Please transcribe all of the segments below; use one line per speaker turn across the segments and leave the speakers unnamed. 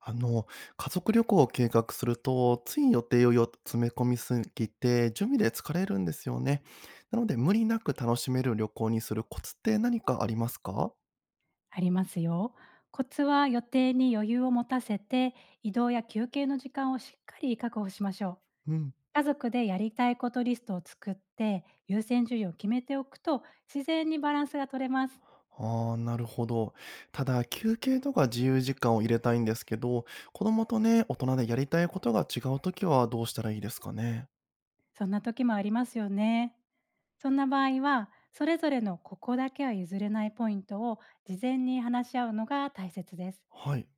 あの、家族旅行を計画すると、つい予定をよ詰め込みすぎて、準備で疲れるんですよね。なので、無理なく楽しめる旅行にするコツって何かありますか？
ありますよ。コツは予定に余裕を持たせて、移動や休憩の時間をしっかり確保しましょう。
うん。
家族でやりたいことリストを作って、優先順位を決めておくと、自然にバランスが取れます。
ああ、なるほど。ただ、休憩とか自由時間を入れたいんですけど、子供とね、大人でやりたいことが違うときはどうしたらいいですかね。
そんな時もありますよね。そんな場合は、それぞれのここだけは譲れないポイントを事前に話し合うのが大切です。
はい。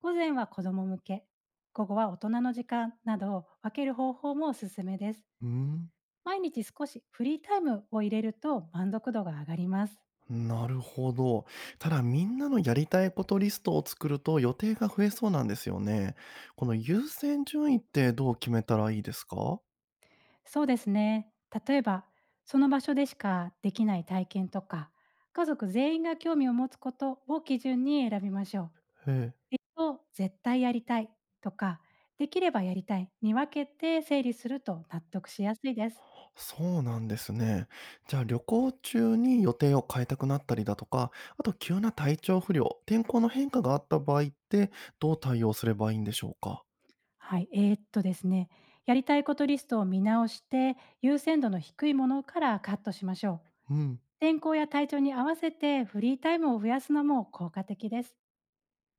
午前は子ども向け、午後は大人の時間などを分ける方法もおすすめです。
うーん。
毎日少しフリータイムを入れると満足度が上がります。
なるほど。ただみんなのやりたいことリストを作ると予定が増えそうなんですよね。この優先順位ってどう決めたらいいですか？
そうですね。例えば、その場所でしかできない体験とか、家族全員が興味を持つことを基準に選びましょう。
へえ。
一と絶対やりたいとか、できればやりたいに分けて整理すると納得しやすいです。
そうなんですね。じゃあ旅行中に予定を変えたくなったりだとか、あと急な体調不良、天候の変化があった場合ってどう対応すればいいんでしょうか？
はい、ですね、やりたいことリストを見直して、優先度の低いものからカットしましょう。
うん。
天候や体調に合わせてフリータイムを増やすのも効果的です。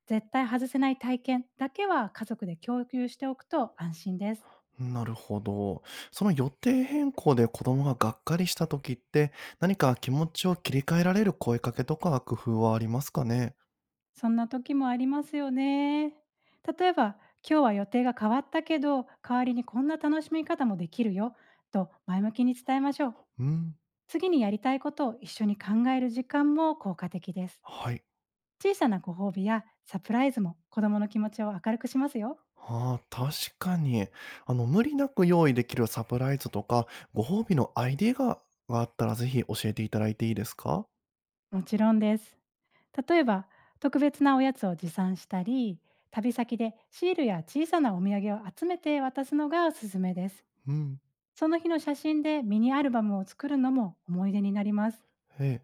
絶対外せない体験だけは家族で共有しておくと安心です。
なるほど。その予定変更で子供ががっかりした時って、何か気持ちを切り替えられる声かけとか工夫はありますかね？
そんな時もありますよね。例えば、今日は予定が変わったけど、代わりにこんな楽しみ方もできるよと前向きに伝えましょう。
うん、
次にやりたいことを一緒に考える時間も効果的です。
はい。
小さなご褒美やサプライズも子供の気持ちを明るくしますよ。
ああ、確かに。あの、無理なく用意できるサプライズとか、ご褒美のアイデアがあったら、ぜひ教えていただいていいですか？
もちろんです。例えば、特別なおやつを持参したり、旅先でシールや小さなお土産を集めて渡すのがおすすめです。
うん、
その日の写真でミニアルバムを作るのも思い出になります。
ええ。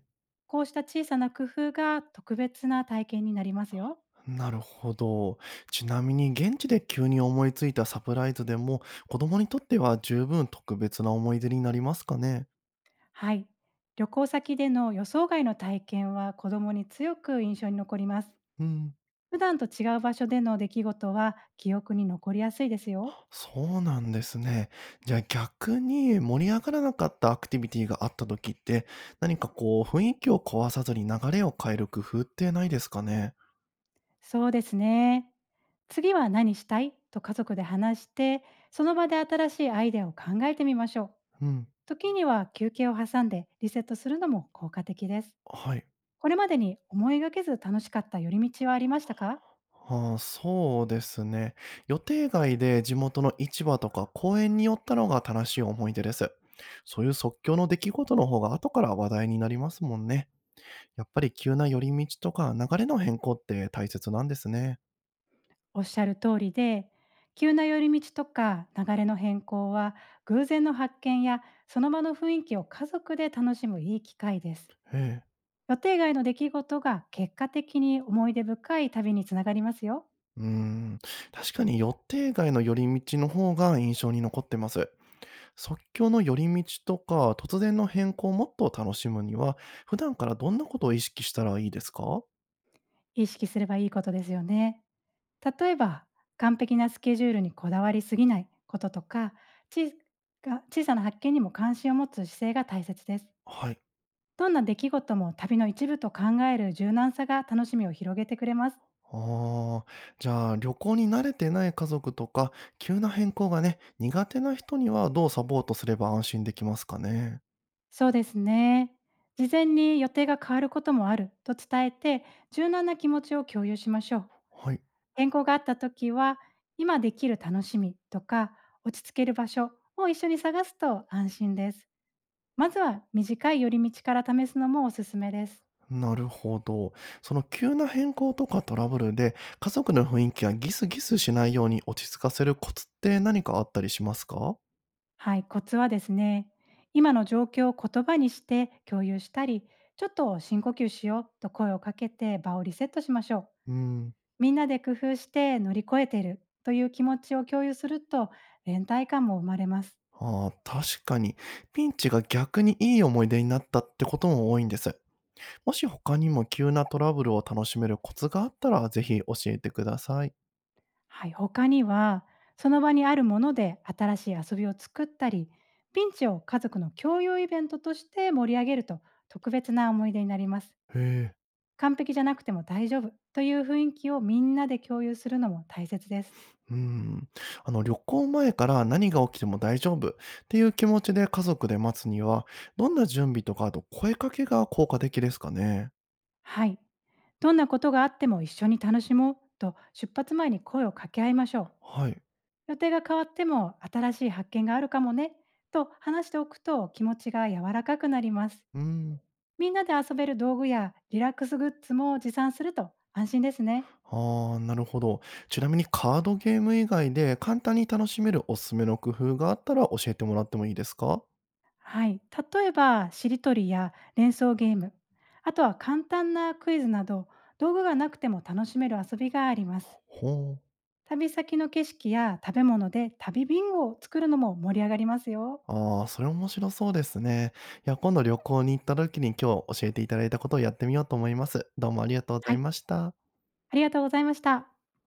こうした小さな工夫が特別な体験になりますよ。
なるほど。ちなみに現地で急に思いついたサプライズでも、子供にとっては十分特別な思い出になりますかね？
はい。旅行先での予想外の体験は子供に強く印象に残ります。
うん。
普段と違う場所での出来事は記憶に残りやすいですよ。
そうなんですね。じゃあ逆に盛り上がらなかったアクティビティがあった時って、何かこう雰囲気を壊さずに流れを変える工夫ってないですかね？
そうですね。次は何したいと家族で話して、その場で新しいアイデアを考えてみましょう。
うん。
時には休憩を挟んでリセットするのも効果的です。
はい。
これまでに思いがけず楽しかった寄り道はありましたか？
ああ、そうですね。予定外で地元の市場とか公園に寄ったのが正しい思い出です。そういう即興の出来事の方が後から話題になりますもんね。やっぱり急な寄り道とか流れの変更って大切なんですね。
おっしゃる通りで、急な寄り道とか流れの変更は偶然の発見やその場の雰囲気を家族で楽しむいい機会です。
ええ。
予定外の出来事が結果的に思い出深い旅につながりますよ。
うーん、確かに予定外の寄り道の方が印象に残ってます。即興の寄り道とか、突然の変更をもっと楽しむには、普段からどんなことを意識したらいいですか？
意識すればいいことですよね。例えば、完璧なスケジュールにこだわりすぎないこととか、ち小さな発見にも関心を持つ姿勢が大切です。
はい。
どんな出来事も旅の一部と考える柔軟さが楽しみを広げてくれます。
ああ、じゃあ旅行に慣れてない家族とか、急な変更がね、苦手な人にはどうサポートすれば安心できますかね。
そうですね。事前に予定が変わることもあると伝えて、柔軟な気持ちを共有しましょう。
はい。
変更があった時は、今できる楽しみとか、落ち着ける場所を一緒に探すと安心です。まずは短い寄り道から試すのもおすすめです。
なるほど。その急な変更とかトラブルで、家族の雰囲気がギスギスしないように落ち着かせるコツって何かあったりしますか？
はい、コツはですね、今の状況を言葉にして共有したり、ちょっと深呼吸しようと声をかけて場をリセットしましょう。
うん、
みんなで工夫して乗り越えているという気持ちを共有すると連帯感も生まれます。
ああ、確かに。ピンチが逆にいい思い出になったってことも多いんです。もし他にも急なトラブルを楽しめるコツがあったら、ぜひ教えてください。
はい、他にはその場にあるもので新しい遊びを作ったり、ピンチを家族の共有イベントとして盛り上げると特別な思い出になります。
へえ。
完璧じゃなくても大丈夫という雰囲気をみんなで共有するのも大切です。
うん。あの、旅行前から何が起きても大丈夫っていう気持ちで家族で待つには、どんな準備とか、あと声かけが効果的ですかね。
はい。どんなことがあっても一緒に楽しもうと出発前に声を掛け合いましょう。
はい。
予定が変わっても新しい発見があるかもねと話しておくと気持ちが柔らかくなります。
うん。
みんなで遊べる道具やリラックスグッズも持参すると安心ですね。
ああ、なるほど。ちなみにカードゲーム以外で簡単に楽しめるおすすめの工夫があったら教えてもらってもいいですか？
はい。例えば、しりとりや連想ゲーム、あとは簡単なクイズなど道具がなくても楽しめる遊びがあります。
ほう。
旅先の景色や食べ物で旅ビンゴを作るのも盛り上がりますよ。
ああ、それ面白そうですね。いや、今度旅行に行った時に今日教えていただいたことをやってみようと思います。どうもありがとうござ
は
い
い、
ました。
ありがとうございました。